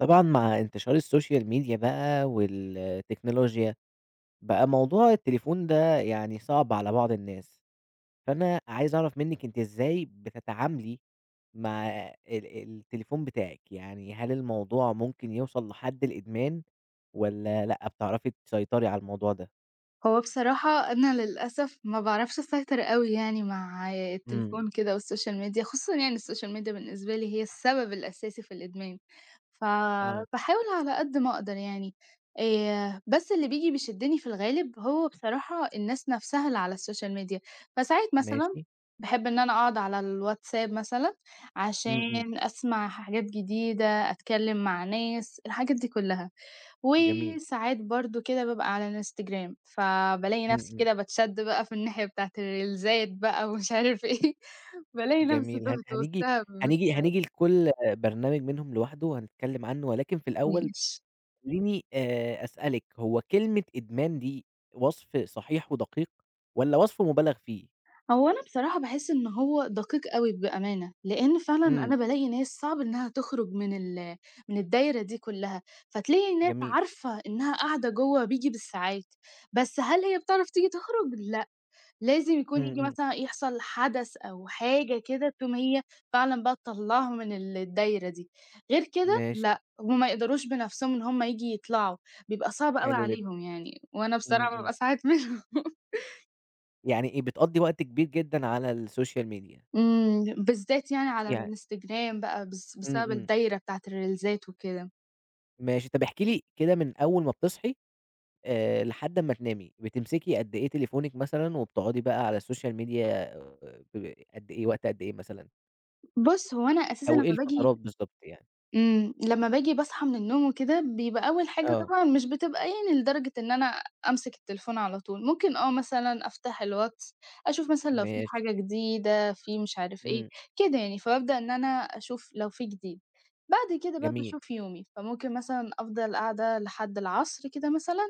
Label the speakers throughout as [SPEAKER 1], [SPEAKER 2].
[SPEAKER 1] طبعًا مع انتشار الSocial media بقى والتكنولوجيا، بقى موضوع التليفون ده يعني صعب على بعض الناس، فأنا عايز أعرف منِّك أنتِ إزاي بتتعاملي مع التليفون بتاعِك، يعني هل الموضوع ممكن يوصل لحد الإدمان والّا لأ، بتعرفي تسيطري على الموضوع ده؟
[SPEAKER 2] هو بصراحة أنا للأسف ما باعرفش أسيطر أوي يعني مع
[SPEAKER 1] إمم،
[SPEAKER 2] التليفون كده والسوشيال ميديا، خصوصًا يعني السوشيال ميديا بالنسبة لي هي السبب الأساسي في الإدمان،
[SPEAKER 1] آه،
[SPEAKER 2] فباحاول على قد ما أقدر يعني، بس اللي بييجي بيشدني في الغالب هو بصراحة الناس نفسها اللي على السوشيال ميديا، فساعات مثلًا
[SPEAKER 1] ماشي،
[SPEAKER 2] باحب إن أنا أقعد على الواتساب مثلًا عشان
[SPEAKER 1] إمم، إمم،
[SPEAKER 2] أسمع حاجات جديدة، أتكلم مع ناس، الحاجات دي كلها.
[SPEAKER 1] جميل،
[SPEAKER 2] وساعات برضه كده بابقى على الإنستجرام، فبالاقي
[SPEAKER 1] إمم،
[SPEAKER 2] نفسي
[SPEAKER 1] إمم،
[SPEAKER 2] كده باتشد بقى في الناحية بتاعة الريلزات بقى ومش عارف إيه، بالاقي نفسي
[SPEAKER 1] جميل. هن
[SPEAKER 2] تُهت
[SPEAKER 1] هنيجي
[SPEAKER 2] وسطها ما
[SPEAKER 1] هنيجي هنيجي لكل برنامج منهم لوحده وهنتكلم عنه، ولكن في الأول
[SPEAKER 2] باستحملش.
[SPEAKER 1] خلّيني أسألِك، هو كلمة إدمان دي وصف صحيح ودقيق والّا وصف مُبالغ فيه؟
[SPEAKER 2] هو أنا بصراحة باحس إن هو دقيق أوي بأمانة، لإن فعلًا
[SPEAKER 1] إمم،
[SPEAKER 2] أنا بالاقي ناس صعب إنها تخرج من من الدايرة دي كلّها، فتلاقي ناس
[SPEAKER 1] جميل،
[SPEAKER 2] عارفة إنها قاعدة جوّه بييجي بالساعات، بس هل هي بتعرف تيجي تخرج؟ لا. لازم يكون
[SPEAKER 1] إمم،
[SPEAKER 2] ييجي
[SPEAKER 1] إمم،
[SPEAKER 2] مثلًا يحصل حدث أو حاجة كده تقوم هي فعلًا بقى تطلّعهم من الدايرة دي، غير كده
[SPEAKER 1] ماشي،
[SPEAKER 2] لأ، هُم ما يقدروش بنفسهم إن هُم ييجي يطلعوا، بيبقى صعب أوي
[SPEAKER 1] حلو جدًا،
[SPEAKER 2] عليهم يعني، وأنا
[SPEAKER 1] إمم،
[SPEAKER 2] بصراحة
[SPEAKER 1] إمم،
[SPEAKER 2] بابقى ساعات منهم.
[SPEAKER 1] يعني إيه، بتقضّي وقت كبير جدًا على الSocial media؟
[SPEAKER 2] بالذات يعني على
[SPEAKER 1] يع
[SPEAKER 2] الإنستجرام بقى بس
[SPEAKER 1] إمم،
[SPEAKER 2] بسبب
[SPEAKER 1] إمم،
[SPEAKER 2] الدايرة بتاعة الريلزات وكده.
[SPEAKER 1] ماشي، طَب احكي لي كده من أول ما بتصحي لحد أمّا تنامي، بتمسكي قد إيه تليفونِك مثلًا وبتقعدي بقى على الSocial media ب قد إيه وقت قد إيه مثلًا؟
[SPEAKER 2] بُص، هو أنا أساسًا
[SPEAKER 1] أو إيه الفترات بالضبط يعني؟
[SPEAKER 2] لمّا باجي باصحى من النوم وكده، بيبقى أول حاجة
[SPEAKER 1] آه،
[SPEAKER 2] طبعًا مش بتبقى يعني لدرجة إن أنا أمسك التليفون على طول، ممكن مثلًا أفتح الواتس، أشوف مثلًا لو في
[SPEAKER 1] ماشي،
[SPEAKER 2] حاجة جديدة، في مش عارف إيه،
[SPEAKER 1] إمم،
[SPEAKER 2] كده يعني، فبابدأ إن أنا أشوف لو في جديد. بعد كده بقى
[SPEAKER 1] جميل،
[SPEAKER 2] باشوف يومي، فممكن مثلًا أفضل قاعدة لحد العصر كده مثلًا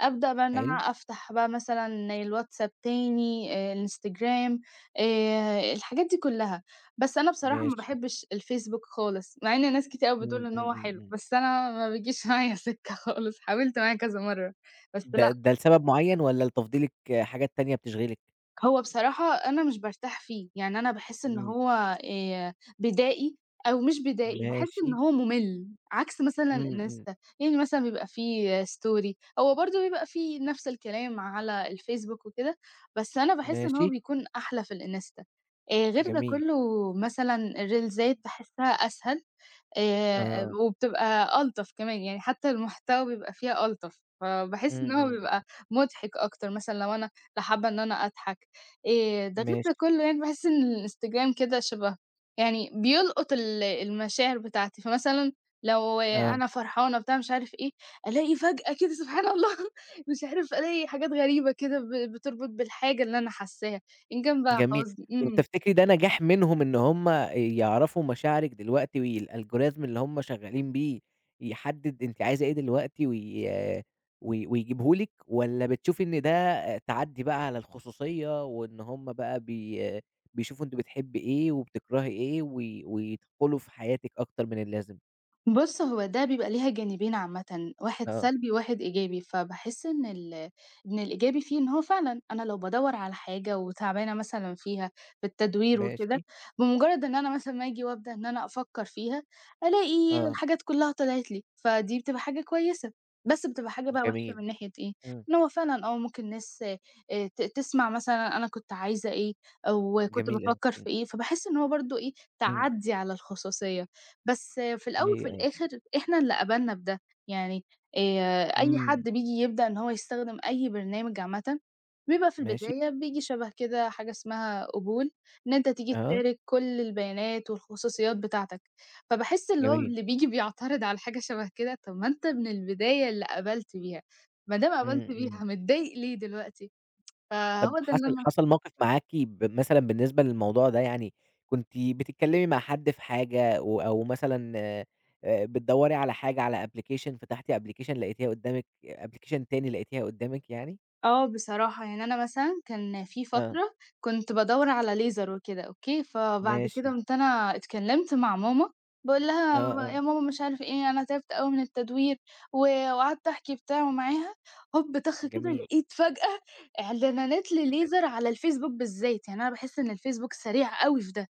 [SPEAKER 2] أبدأ بقى إن أنا
[SPEAKER 1] حلو.
[SPEAKER 2] أفتح بقى مثلًا الواتساب تاني، الإنستجرام، الحاجات دي كلّها. بس أنا بصراحة ما
[SPEAKER 1] ماشي.
[SPEAKER 2] باحبّش الفيسبوك خالص، مع إن ناس كتير أوي بتقول
[SPEAKER 1] إمم،
[SPEAKER 2] إن
[SPEAKER 1] إمم،
[SPEAKER 2] هو
[SPEAKER 1] إمم،
[SPEAKER 2] حلو،
[SPEAKER 1] إمم.
[SPEAKER 2] بس أنا ما بيجيش معايا سِكّة خالص، حاولت معاه كذا مرّة، بس
[SPEAKER 1] ده
[SPEAKER 2] لأ
[SPEAKER 1] ده لسبب معيّن والّا لتفضيلِك حاجات تانية بتشغلِك؟
[SPEAKER 2] هو بصراحة أنا مش بارتاح فيه، يعني أنا باحس إن
[SPEAKER 1] إمم،
[SPEAKER 2] هو بدائي أو مش بدائي، باحس إن
[SPEAKER 1] ماشي.
[SPEAKER 2] هو مُمِل، عكس مثلًا
[SPEAKER 1] إمم، إمم،
[SPEAKER 2] الإنستا، يعني مثلًا بيبقى فيه story هو برضه بيبقى فيه نفس الكلام على الفيسبوك وكده، بس أنا باحس إن هو
[SPEAKER 1] ماشي،
[SPEAKER 2] بيكون أحلى في الإنستا. غير ده
[SPEAKER 1] جميل.
[SPEAKER 2] كُلّه مثلًا الريلزات باحسها أسهل. آآ
[SPEAKER 1] آه،
[SPEAKER 2] وبتبقى ألطف كمان، يعني حتى المحتوى بيبقى فيها ألطف،
[SPEAKER 1] إمم،
[SPEAKER 2] فباحس إن هو
[SPEAKER 1] إمم،
[SPEAKER 2] بيبقى مضحك أكتر مثلًا لو أنا لا حابة إن أنا أضحك، ده غير
[SPEAKER 1] ماشي،
[SPEAKER 2] ده كلّه يعني باحس إن الإنستجرام كده شبهه، يعني بيلقط المشاعر بتاعتي، فمثلًا لو
[SPEAKER 1] آه.
[SPEAKER 2] أنا فرحانة بتاع مش عارف إيه، ألاقي فجأة كده سبحان الله مش عارف ألاقي حاجات غريبة كده بتربط بالحاجة اللي أنا حاساها، إن كان بقى
[SPEAKER 1] جميل.
[SPEAKER 2] حزن،
[SPEAKER 1] طب
[SPEAKER 2] إمم.
[SPEAKER 1] تفتكري ده نجاح منهم إن هم يعرفوا مشاعرك دلوقتي، والalgorithm اللي هم شغالين بيه يحدد أنتِ عايزة إيه دلوقتي، وي وي ويجيبه لِك، والّا بتشوفي إن ده تعدّي بقى على الخصوصية، وإن هم بقى بيشوفوا أنتِ بتحبّي إيه وبتكرهي إيه، ويدخلوا في حياتِك أكتر من اللازم؟
[SPEAKER 2] بُص، هو ده بيبقى ليها جانبين عامةً، واحد
[SPEAKER 1] آه،
[SPEAKER 2] سلبي وواحد إيجابي، فباحس إن إن الإيجابي فيه إن هو فعلًا أنا لو بادوّر على حاجة وتعبانة مثلًا فيها في التدوير وكده،
[SPEAKER 1] ماشي،
[SPEAKER 2] بمجرد إن أنا مثلًا ما آجي وابدأ إن أنا أفكّر فيها، ألاقي
[SPEAKER 1] آه،
[SPEAKER 2] الحاجات كلّها طلعت لي، فدي بتبقى حاجة كويسة. بس بتبقى حاجة بقى وحشة
[SPEAKER 1] جميل،
[SPEAKER 2] من ناحية إيه،
[SPEAKER 1] إمم،
[SPEAKER 2] إن هو فعلًا ممكن ناس ت تسمع مثلًا أنا كنت عايزة إيه أو كنت
[SPEAKER 1] جميل أوي،
[SPEAKER 2] بافكّر في
[SPEAKER 1] إمم،
[SPEAKER 2] إيه، فباحس إن هو برضه إيه،
[SPEAKER 1] إمم،
[SPEAKER 2] تعدّي على الخصوصية. بس في
[SPEAKER 1] أيوه،
[SPEAKER 2] الأول وفي
[SPEAKER 1] أيوه،
[SPEAKER 2] الآخر إحنا اللي قبلنا بده، يعني أي حد
[SPEAKER 1] إمم،
[SPEAKER 2] بييجي يبدأ إن هو يستخدم أي برنامج عامةً، بيبقى في
[SPEAKER 1] ماشي،
[SPEAKER 2] البداية بييجي شبه كده حاجة اسمها قبول، إن أنت تيجي
[SPEAKER 1] آه،
[SPEAKER 2] تشارك كل البيانات والخصوصيات بتاعتك، فباحس اللي هو
[SPEAKER 1] جميل،
[SPEAKER 2] اللي بييجي بيعترض على حاجة شبه كده، طب ما أنت من البداية اللي قبلت بيها، ما دام قبلت
[SPEAKER 1] إمم، إمم.
[SPEAKER 2] بيها متضايق ليه دلوقتي؟
[SPEAKER 1] طب
[SPEAKER 2] فهو ده اللي
[SPEAKER 1] حصل
[SPEAKER 2] أنا
[SPEAKER 1] حصل موقف معاكِ، مثلًا بالنسبة للموضوع ده، يعني كنتِ بتتكلمي مع حد في حاجة، أو مثلًا بتدوّري على حاجة على application، فتحتِ application لقيتيها قدّامِك، application تاني لقيتيها قدّامِك يعني؟
[SPEAKER 2] بصراحة يعني أنا مثلًا كان في
[SPEAKER 1] آه،
[SPEAKER 2] فترة كنت بادوّر على ليزر وكده أوكي، فبعد كده
[SPEAKER 1] ماشي،
[SPEAKER 2] قُمت أنا اتكلمت مع ماما، باقول لها:
[SPEAKER 1] آه، آه،
[SPEAKER 2] "يا ماما مش عارف إيه، أنا تعبت أوي من التدوير." و وقعدت أحكي بتاع ومعاها، هوب طخ كده
[SPEAKER 1] جميل.
[SPEAKER 2] لقيت فجأة إعلانات لليزر على الفيسبوك بالذات، يعني أنا باحس إن الفيسبوك سريع أوي في ده،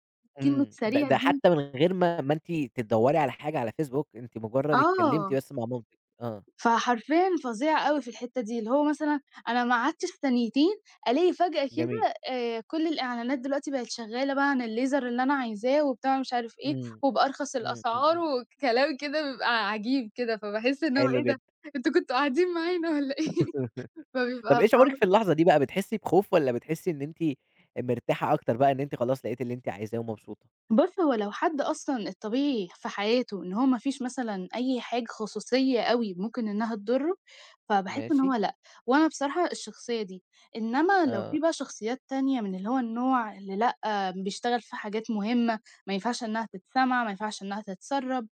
[SPEAKER 2] كلمة
[SPEAKER 1] إمم، ده
[SPEAKER 2] سريع
[SPEAKER 1] ده
[SPEAKER 2] دي
[SPEAKER 1] حتى من غير ما أنتِ تدوّري على حاجة على فيسبوك، أنتِ مجرد اتكلمتِ
[SPEAKER 2] آه.
[SPEAKER 1] بس مع مامتِك، آه،
[SPEAKER 2] فحرفيًا فظيع أوي في الحتّة دي، اللي هو مثلًا أنا ما قعدتش ثانيتين ألاقي فجأة
[SPEAKER 1] جميل.
[SPEAKER 2] كده كل الإعلانات دلوقتي بقت شغّالة بقى عن الليزر اللي أنا عايزاه وبتاع مش عارف إيه،
[SPEAKER 1] إمم،
[SPEAKER 2] وبأرخص
[SPEAKER 1] إمم، إمم،
[SPEAKER 2] الأسعار
[SPEAKER 1] إمم،
[SPEAKER 2] وكلام كده بيبقى عجيب كده، فباحس إن هو
[SPEAKER 1] حلو
[SPEAKER 2] إيه ده،
[SPEAKER 1] جدًا.
[SPEAKER 2] أنتم كنتم قاعدين معانا والّا إيه؟ فبيبقى
[SPEAKER 1] طب إيه شعورِك
[SPEAKER 2] الحوار
[SPEAKER 1] في اللحظة دي بقى، بتحسّي بخوف والّا بتحسّي إن أنتِ مرتاحة أكتر بقى، إن أنتِ خلاص لقيتِ اللي أنتِ عايزاه ومبسوطة؟
[SPEAKER 2] بُص، هو لو حد أصلًا الطبيعي في حياته إن هو ما فيش مثلًا أي حاجة خصوصية أوي ممكن إنها تضُرّه، فباحس إن
[SPEAKER 1] ماشي،
[SPEAKER 2] هو لأ، وأنا بصراحة الشخصية دي. إنما لو في
[SPEAKER 1] آه،
[SPEAKER 2] بقى شخصيات تانية من اللي هو النوع اللي لأ، بيشتغل في حاجات مهمة ما ينفعش إنها تتسمع، ما ينفعش إنها تتسرّب،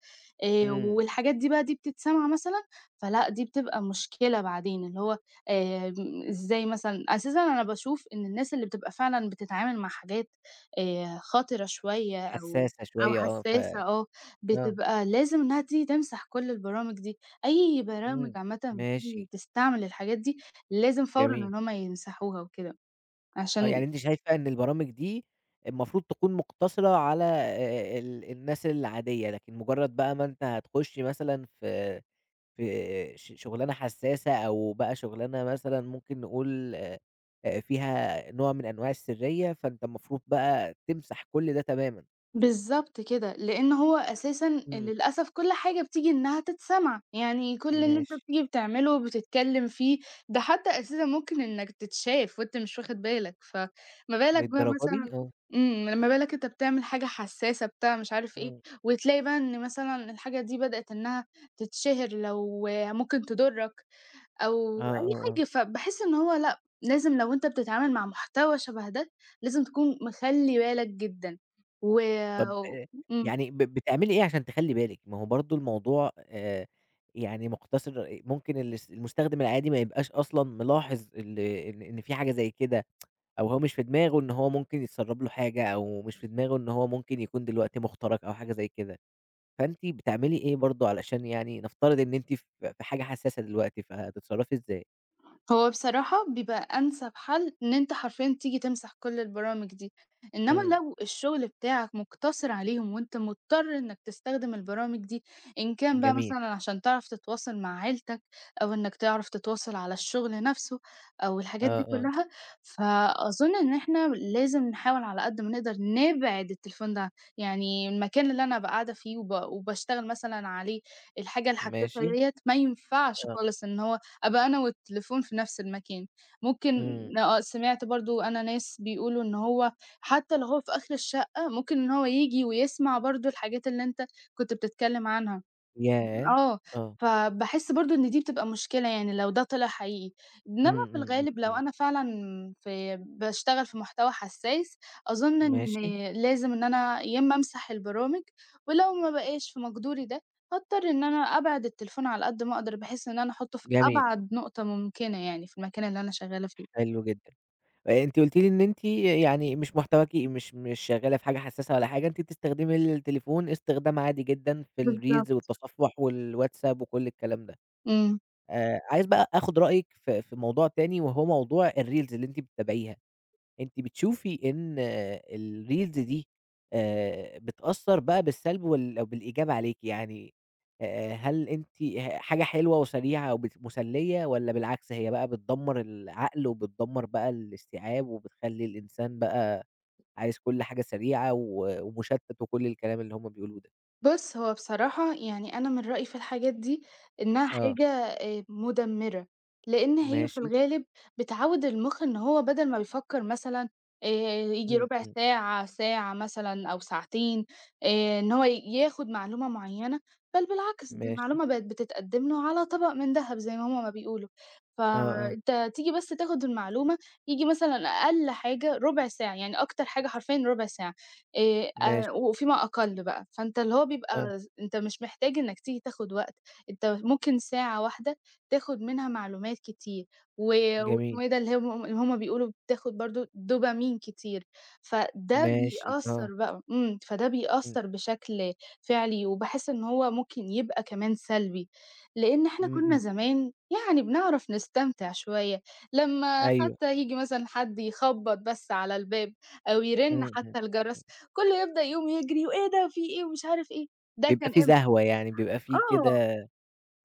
[SPEAKER 1] إمم،
[SPEAKER 2] والحاجات دي بقى دي بتتسمع مثلًا، فلأ، دي بتبقى مشكلة بعدين، اللي هو إزاي مثلًا أساسًا أنا باشوف إن الناس اللي بتبقى فعلًا بتتعامل مع حاجات خطرة شوية أو
[SPEAKER 1] حسّاسة
[SPEAKER 2] أو
[SPEAKER 1] شوية آه،
[SPEAKER 2] حساسة،
[SPEAKER 1] آه،
[SPEAKER 2] بتبقى لازم إنها تيجي تمسح كل البرامج دي، أي برامج
[SPEAKER 1] إمم،
[SPEAKER 2] عامةً بتيجي
[SPEAKER 1] ماشي،
[SPEAKER 2] تستعمل الحاجات دي لازم فورًا
[SPEAKER 1] جميل،
[SPEAKER 2] إن هم يمسحوها وكده،
[SPEAKER 1] آه،
[SPEAKER 2] عشان
[SPEAKER 1] يعني أنتِ شايفة إن البرامج دي المفروض تكون مقتصرة على الناس العادية، لكن مجرّد بقى ما أنت هتخُشّي مثلًا في شغلانة حساسة، أو بقى شغلانة مثلًا ممكن نقول فيها نوع من أنواع السرية، فأنت المفروض بقى تمسح كل ده تمامًا.
[SPEAKER 2] بالضبط كده، لإن هو أساسًا
[SPEAKER 1] إمم،
[SPEAKER 2] للأسف كل حاجة بتيجي إنها تتسمع، يعني كل اللي أنت
[SPEAKER 1] ماشي،
[SPEAKER 2] بتيجي بتعمله وبتتكلّم فيه، ده حتى أساسًا ممكن إنك تتشاف وأنت مش واخد بالك، فما بالك بقى
[SPEAKER 1] للدرجة دي!
[SPEAKER 2] مثلًا
[SPEAKER 1] آه،
[SPEAKER 2] ما بالك أنت بتعمل حاجة حسّاسة بتاع مش عارف إيه،
[SPEAKER 1] إمم،
[SPEAKER 2] وتلاقي بقى إن مثلًا الحاجة دي بدأت إنها تتشهر لو ممكن تضرّك. أو
[SPEAKER 1] آه،
[SPEAKER 2] أي
[SPEAKER 1] آه، آه.
[SPEAKER 2] حاجة، فباحس إن هو لأ، لازم لو أنت بتتعامل مع محتوى شبه ده، لازم تكون مخلّي بالك جدًا و
[SPEAKER 1] طب
[SPEAKER 2] إمم.
[SPEAKER 1] يعني بتعملي إيه عشان تخلّي بالِك؟ ما هو برضه الموضوع يعني مقتصر، ممكن المستخدم العادي ما يبقاش أصلًا ملاحظ ال إن إن في حاجة زي كده. أو هو مش في دماغه إن هو ممكن يتسرّب له حاجة، أو مش في دماغه إن هو ممكن يكون دلوقتي مُخترق أو حاجة زي كده، فأنتِ بتعملي إيه برضه علشان يعني نفترض إن أنتِ في حاجة حساسة دلوقتي، فهتتصرّفي إزاي؟
[SPEAKER 2] هو بصراحة بيبقى أنسب حل إن أنت حرفيًا تيجي تمسح كل البرامج دي، إنما
[SPEAKER 1] إمم،
[SPEAKER 2] لو الشغل بتاعك مقتصر عليهم وأنت مضطر إنك تستخدم البرامج دي، إن كان بقى
[SPEAKER 1] جميل،
[SPEAKER 2] مثلًا عشان تعرف تتواصل مع عيلتك أو إنك تعرف تتواصل على الشغل نفسه أو الحاجات دي
[SPEAKER 1] آه، آه،
[SPEAKER 2] كلها، فأظن إن إحنا لازم نحاول على قد ما نقدر نبعد التليفون ده يعني المكان اللي أنا أبقى قاعدة فيه وباشتغل مثلًا عليه الحاجة الحساسة
[SPEAKER 1] ماشي،
[SPEAKER 2] ديّة ما ينفعش
[SPEAKER 1] آه،
[SPEAKER 2] خالص إن هو أبقى أنا والتليفون في نفس المكان. ممكن
[SPEAKER 1] إمم،
[SPEAKER 2] آه، سمعت برضه أنا ناس بيقولوا إن هو حتى لو هو في آخر الشقة، ممكن إن هو ييجي ويسمع برضه الحاجات اللي أنت كنت بتتكلم عنها.
[SPEAKER 1] ياه!
[SPEAKER 2] آه،
[SPEAKER 1] آه،
[SPEAKER 2] فباحس برضه إن دي بتبقى مشكلة يعني لو ده طلع حقيقي، إنما
[SPEAKER 1] إمم،
[SPEAKER 2] في
[SPEAKER 1] إمم، إمم،
[SPEAKER 2] الغالب لو
[SPEAKER 1] إمم،
[SPEAKER 2] أنا فعلًا في باشتغل في محتوى حساس، أظن إن
[SPEAKER 1] ماشي،
[SPEAKER 2] لازم إن أنا يا إما أمسح البرامج، ولو ما بقاش في مقدوري ده، هاضطر إن أنا أبعد التليفون على قد ما أقدر، بحيث إن أنا أحطه في
[SPEAKER 1] جميل،
[SPEAKER 2] أبعد نقطة ممكنة يعني في المكان اللي أنا شغالة فيه.
[SPEAKER 1] حلو جدًا. أنتِ قُلتِ لي إن أنتِ يعني مش محتواكِ مش شغّالة في حاجة حسّاسة ولا حاجة، أنتِ بتستخدمي التليفون استخدام عادي جدًا في الreels
[SPEAKER 2] بالضبط،
[SPEAKER 1] والتصفُّح والواتساب وكل الكلام ده.
[SPEAKER 2] إمم.
[SPEAKER 1] عايز بقى آخُد رأيِك في موضوع تاني، وهو موضوع الreels اللي أنتِ بتتابعيها. أنتِ بتشوفي إن الreels دي بتأثّر بقى بالسلب وال بالإيجاب عليكِ، يعني هل أنتِ حاجة حلوة وسريعة وبت مسلية، والّا بالعكس هي بقى بتدمّر العقل وبتدمّر بقى الاستيعاب، وبتخلّي الإنسان بقى عايز كل حاجة سريعة و ومشتت، وكل الكلام اللي هم بيقولوه ده؟
[SPEAKER 2] بُص، هو بصراحة يعني أنا من رأيي في الحاجات دي إنها
[SPEAKER 1] آه،
[SPEAKER 2] حاجة مُدمِّرة، لإن هي في
[SPEAKER 1] ماشي،
[SPEAKER 2] الغالب بتعوِّد المُخ إن هو بدل ما بيفكّر مثلًا ييجي
[SPEAKER 1] إمم،
[SPEAKER 2] رُبع
[SPEAKER 1] إمم،
[SPEAKER 2] ساعة، ساعة مثلًا أو ساعتين إن هو ياخُد معلومة معيّنة، بل بالعكس دي
[SPEAKER 1] ماشي،
[SPEAKER 2] المعلومة بقت بتتقدّم له على طبق من دهب زي ما هُم ما بيقولوا.
[SPEAKER 1] آه، آه،
[SPEAKER 2] فأنت تيجي بس تاخُد المعلومة، ييجي مثلًا أقل حاجة رُبع ساعة، يعني أكتر حاجة حرفيًا رُبع ساعة.
[SPEAKER 1] ماشي،
[SPEAKER 2] وفيما أقل بقى، فأنت اللي هو
[SPEAKER 1] آه،
[SPEAKER 2] بيبقى أنت مش محتاج إنّك تيجي تاخد وقت، أنت ممكن ساعة واحدة تاخد منها معلومات كتير، و واسمه
[SPEAKER 1] جميل،
[SPEAKER 2] إيه ده اللي هم بيقولوا بتاخد برضه دوبامين كتير،
[SPEAKER 1] ماشي، آه،
[SPEAKER 2] فده
[SPEAKER 1] إمم،
[SPEAKER 2] بيأثّر بشكل فعلي، وباحس إن هو ممكن يبقى كمان سلبي، لإن إحنا
[SPEAKER 1] إمم،
[SPEAKER 2] كُنّا
[SPEAKER 1] إمم،
[SPEAKER 2] زمان يعني بنعرف نستمتع شوية، لمّا
[SPEAKER 1] أيوه،
[SPEAKER 2] حتى ييجي مثلًا حد يخبّط بس على الباب أو يرن
[SPEAKER 1] إمم، إمم.
[SPEAKER 2] حتى الجرس كلّه يبدأ يقوم يجري وإيه ده، في إيه ومش عارف إيه، ده
[SPEAKER 1] بيبقى
[SPEAKER 2] كان
[SPEAKER 1] في
[SPEAKER 2] إمتى؟
[SPEAKER 1] زهوة، يعني بيبقى في
[SPEAKER 2] آه.
[SPEAKER 1] كده.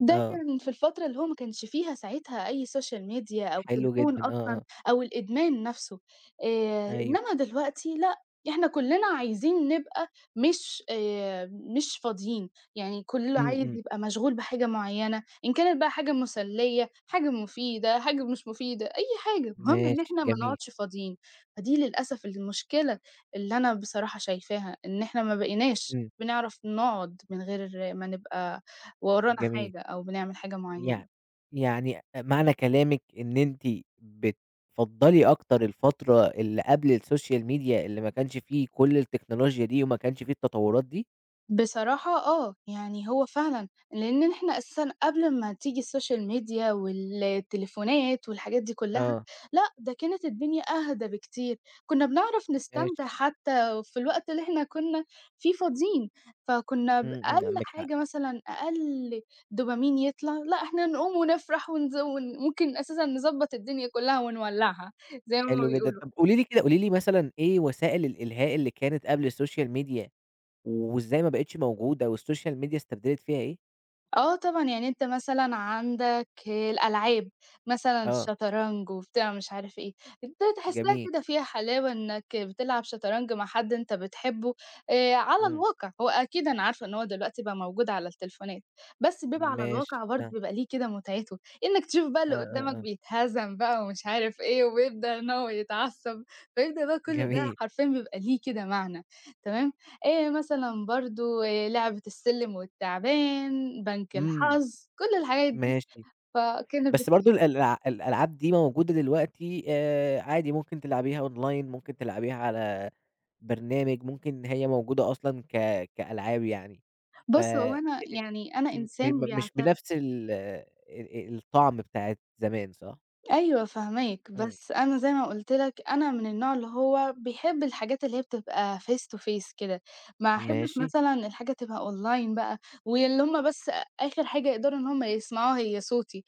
[SPEAKER 2] ده
[SPEAKER 1] آه،
[SPEAKER 2] كان في الفترة اللي هو ما كانش فيها ساعتها أي social media أو
[SPEAKER 1] حلو
[SPEAKER 2] تليفون
[SPEAKER 1] جدًا، آه،
[SPEAKER 2] أصلًا
[SPEAKER 1] آه،
[SPEAKER 2] أو الإدمان نَفْسه،
[SPEAKER 1] أيوه،
[SPEAKER 2] إنما دلوقتي لأ، إحنا كُلّنا عايزين نبقى مش مش فاضيين، يعني كُلّه
[SPEAKER 1] إمم،
[SPEAKER 2] عايز
[SPEAKER 1] إمم،
[SPEAKER 2] يبقى مشغول بحاجة معيّنة، إن كانت بقى حاجة مسلية، حاجة مفيدة، حاجة مش مفيدة، أي حاجة، المهم إن
[SPEAKER 1] ماشي
[SPEAKER 2] إحنا ما
[SPEAKER 1] جميل،
[SPEAKER 2] نقعدش فاضيين، فدي للأسف المشكلة اللي أنا بصراحة شايفاها، إن إحنا ما بقيناش
[SPEAKER 1] إمم،
[SPEAKER 2] بنعرف نقعد من غير ما نبقى وورانا
[SPEAKER 1] جميل.
[SPEAKER 2] حاجة أو بنعمل حاجة
[SPEAKER 1] يع
[SPEAKER 2] معيّنة.
[SPEAKER 1] يعني معنى كلامِك إن أنتِ بتفضّلي أكتر الفترة اللي قبل الSocial Media، اللي ما كانش فيه كل التكنولوجيا دي وما كانش فيه التطوّرات دي؟
[SPEAKER 2] بصراحة آه، يعني هو فعلًا لإن إحنا أساسًا قبل ما تيجي السوشيال ميديا والتليفونات والحاجات دي كلّها،
[SPEAKER 1] آه،
[SPEAKER 2] لأ ده كانت الدنيا أهدى بكتير، كنا بنعرف
[SPEAKER 1] ماشي،
[SPEAKER 2] نستمتع حتى في الوقت اللي إحنا كنا فيه فاضيين، فكنا
[SPEAKER 1] إمم، إمم،
[SPEAKER 2] بأقل
[SPEAKER 1] عندِك حق،
[SPEAKER 2] حاجة مثلًا أقل دوبامين يطلع، لأ إحنا نقوم ونفرح ونز ون ممكن أساسًا نضبّط الدنيا كلّها ونولّعها زي ما هُم
[SPEAKER 1] حلو جدًا.
[SPEAKER 2] بيقولوا.
[SPEAKER 1] طَب قولي لي كده، قولي لي مثلًا إيه وسائل الإلهاء اللي كانت قبل الSocial Media، وإزاي ما بقِتش موجودة والSocial Media استبدلت فيها إيه؟
[SPEAKER 2] آه طبعًا، يعني أنت مثلًا عندك الألعاب، مثلًا
[SPEAKER 1] آه،
[SPEAKER 2] الشطرنج وبتاع مش عارف إيه، أنت تحسّها
[SPEAKER 1] جميل.
[SPEAKER 2] كده فيها حلاوة إنك بتلعب شطرنج مع حد أنت بتحبه على
[SPEAKER 1] إمم،
[SPEAKER 2] الواقع، هو أكيد أنا عارفة إن هو دلوقتي بقى موجود على التليفونات، بس بيبقى على
[SPEAKER 1] ماشي،
[SPEAKER 2] الواقع برضه
[SPEAKER 1] آه،
[SPEAKER 2] بيبقى ليه كده متعته، إنك تشوف بقى
[SPEAKER 1] آه،
[SPEAKER 2] اللي قدّامك
[SPEAKER 1] آه، آه،
[SPEAKER 2] بيتهزم بقى ومش عارف إيه، وبيبدأ إن هو يتعصب، فيبدأ بقى كل ده
[SPEAKER 1] جميل،
[SPEAKER 2] حرفيًا بيبقى ليه كده معنى، تمام؟ مثلًا برضه لعبة السلِّم والتعبان، بنك
[SPEAKER 1] إمم،
[SPEAKER 2] الحظ، كل الحاجات دي،
[SPEAKER 1] ماشي.
[SPEAKER 2] فكانت
[SPEAKER 1] بس برضه ال الألع الألعاب دي موجودة دلوقتي، عادي ممكن تلعبيها online، ممكن تلعبيها على برنامج، ممكن هي موجودة أصلًا كألعاب يعني، ف
[SPEAKER 2] بُص هو
[SPEAKER 1] أ
[SPEAKER 2] أنا
[SPEAKER 1] أ
[SPEAKER 2] يعني أنا
[SPEAKER 1] م
[SPEAKER 2] إنسان
[SPEAKER 1] م مش
[SPEAKER 2] بيعت
[SPEAKER 1] بنفس ال أ أ الطعم بتاعة زمان، صح؟
[SPEAKER 2] أيوه فاهماك،
[SPEAKER 1] إمم،
[SPEAKER 2] بس أنا زي ما قُلت لك أنا من النوع اللي هو بيحب الحاجات اللي هي بتبقى face to face كده، ما أحبش
[SPEAKER 1] ماشي،
[SPEAKER 2] مثلًا الحاجة تبقى online بقى، واللي هُم بس آخر حاجة يقدروا إن هُم يسمعوها هي صوتي،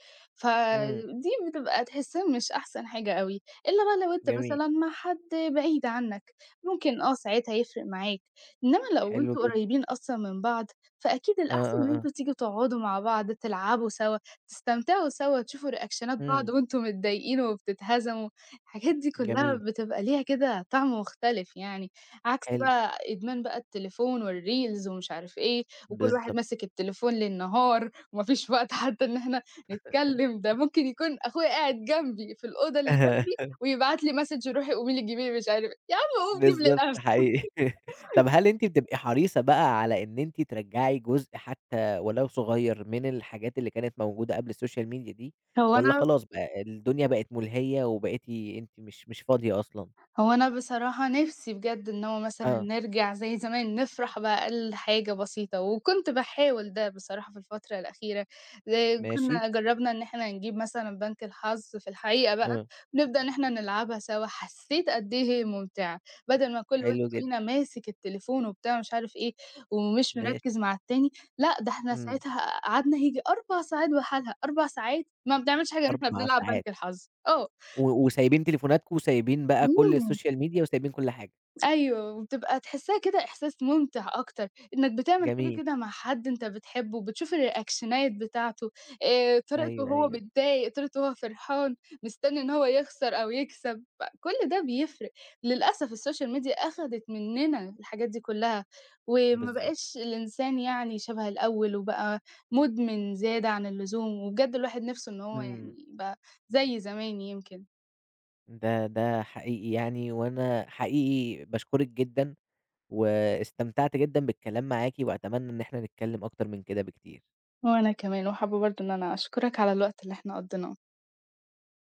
[SPEAKER 1] إمم،
[SPEAKER 2] فدي بتبقى تحسّها مش أحسن حاجة أوي، إلا بقى لو أنت
[SPEAKER 1] جميل،
[SPEAKER 2] مثلًا مع حد بعيد عنك، ممكن ساعتها يفرق معاك، إنما لو
[SPEAKER 1] حلو
[SPEAKER 2] أنتم
[SPEAKER 1] جدًا،
[SPEAKER 2] قريبين أصلًا من بعض، فأكيد
[SPEAKER 1] آه،
[SPEAKER 2] الأحسن إن
[SPEAKER 1] آه، آه،
[SPEAKER 2] أنتم تيجوا تقعدوا مع بعض، تلعبوا سوا، تستمتعوا سوا، تشوفوا ريأكشنات بعض
[SPEAKER 1] إمم،
[SPEAKER 2] وأنتم متضايقين وبتتهزموا، الحاجات دي كلّها
[SPEAKER 1] جميل،
[SPEAKER 2] بتبقى ليها كده طعم مختلف يعني، عكس
[SPEAKER 1] حلو،
[SPEAKER 2] بقى إدمان بقى التليفون والreels ومش عارف إيه، وكل واحد
[SPEAKER 1] بالضبط.
[SPEAKER 2] ماسك التليفون للنهار وما فيش وقت حتى إن إحنا نتكلّم، ده ممكن يكون أخويا قاعد جنبي في الأوضة اللي جنبي ويبعت لي message روحي قومي لي جيبي لي مش عارف إيه، يا عم قوم جيب
[SPEAKER 1] بالضبط
[SPEAKER 2] لنفسك،
[SPEAKER 1] حقيقي. طب هل أنتِ بتبقي حريصة بقى على إن أنتِ ترجّعي جزء حتى ولو صغير من الحاجات اللي كانت موجودة قبل السوشيال ميديا دي،
[SPEAKER 2] هو
[SPEAKER 1] والّا
[SPEAKER 2] أنا
[SPEAKER 1] خلاص بقى الدنيا بقت ملهية وبقيتِ أنتِ مش فاضية أصلًا؟
[SPEAKER 2] هو أنا بصراحة نِفْسي بجد إن هو مثلًا
[SPEAKER 1] آه،
[SPEAKER 2] نرجع زي زمان، نفرح بأقل حاجة بسيطة، وكنت باحاول ده بصراحة في الفترة الأخيرة، زي
[SPEAKER 1] ماشي،
[SPEAKER 2] كنا جرّبنا إن إحنا نجيب مثلًا بنك الحظ في الحقيقة بقى،
[SPEAKER 1] آه،
[SPEAKER 2] نبدأ إن إحنا نلعبها سوا، حسّيت قد إيه هي ممتعة، بدل ما كل واحد
[SPEAKER 1] حلو جدًا،
[SPEAKER 2] فينا ماسك التليفون وبتاع مش عارف إيه، ومش
[SPEAKER 1] ماشي،
[SPEAKER 2] مركّز مع التاني، لأ ده إحنا
[SPEAKER 1] إمم،
[SPEAKER 2] ساعتها قعدنا ييجي 4 ساعات بحالها، 4 ساعات ما بنعملش حاجة غير إن إحنا
[SPEAKER 1] 4
[SPEAKER 2] بنلعب بنك
[SPEAKER 1] ساعات
[SPEAKER 2] الحظ، آه،
[SPEAKER 1] و وسايبين تليفوناتكم، وسايبين بقى كل
[SPEAKER 2] إمم.
[SPEAKER 1] السوشيال ميديا، وسايبين كل حاجة،
[SPEAKER 2] أيوه، وبتبقى تحسّها كده إحساس مُمتِع أكتر، إنّك بتعمل حاجة
[SPEAKER 1] جميل،
[SPEAKER 2] كده مع حد أنت بتحبّه، بتشوف الريأكشنات بتاعته، طريقته
[SPEAKER 1] أيوه،
[SPEAKER 2] وهو
[SPEAKER 1] أيوه،
[SPEAKER 2] متضايق، طريقته وهو فرحان، مستنّي إن هو يخسر أو يكسب، فكل ده بيفرق. للأسف السوشيال ميديا أخدت منّنا الحاجات دي كُلّها، وما
[SPEAKER 1] بالضبط،
[SPEAKER 2] بقاش الإنسان يعني شَبه الأول، وبقى مُدمن زيادة عن اللزوم، وبجد الواحد نِفْسه إن هو
[SPEAKER 1] إمم،
[SPEAKER 2] يعني يبقى زي زمان يمكن.
[SPEAKER 1] ده حقيقي يعني، وأنا حقيقي باشكرِك جدًا، واستمتعت جدًا بالكلام معاكِ، وأتمنى إن إحنا نتكلم أكتر من كده بكتير.
[SPEAKER 2] وأنا كمان، وحابّة برضه إن أنا أشكرك على الوقت اللي إحنا قضّيناه.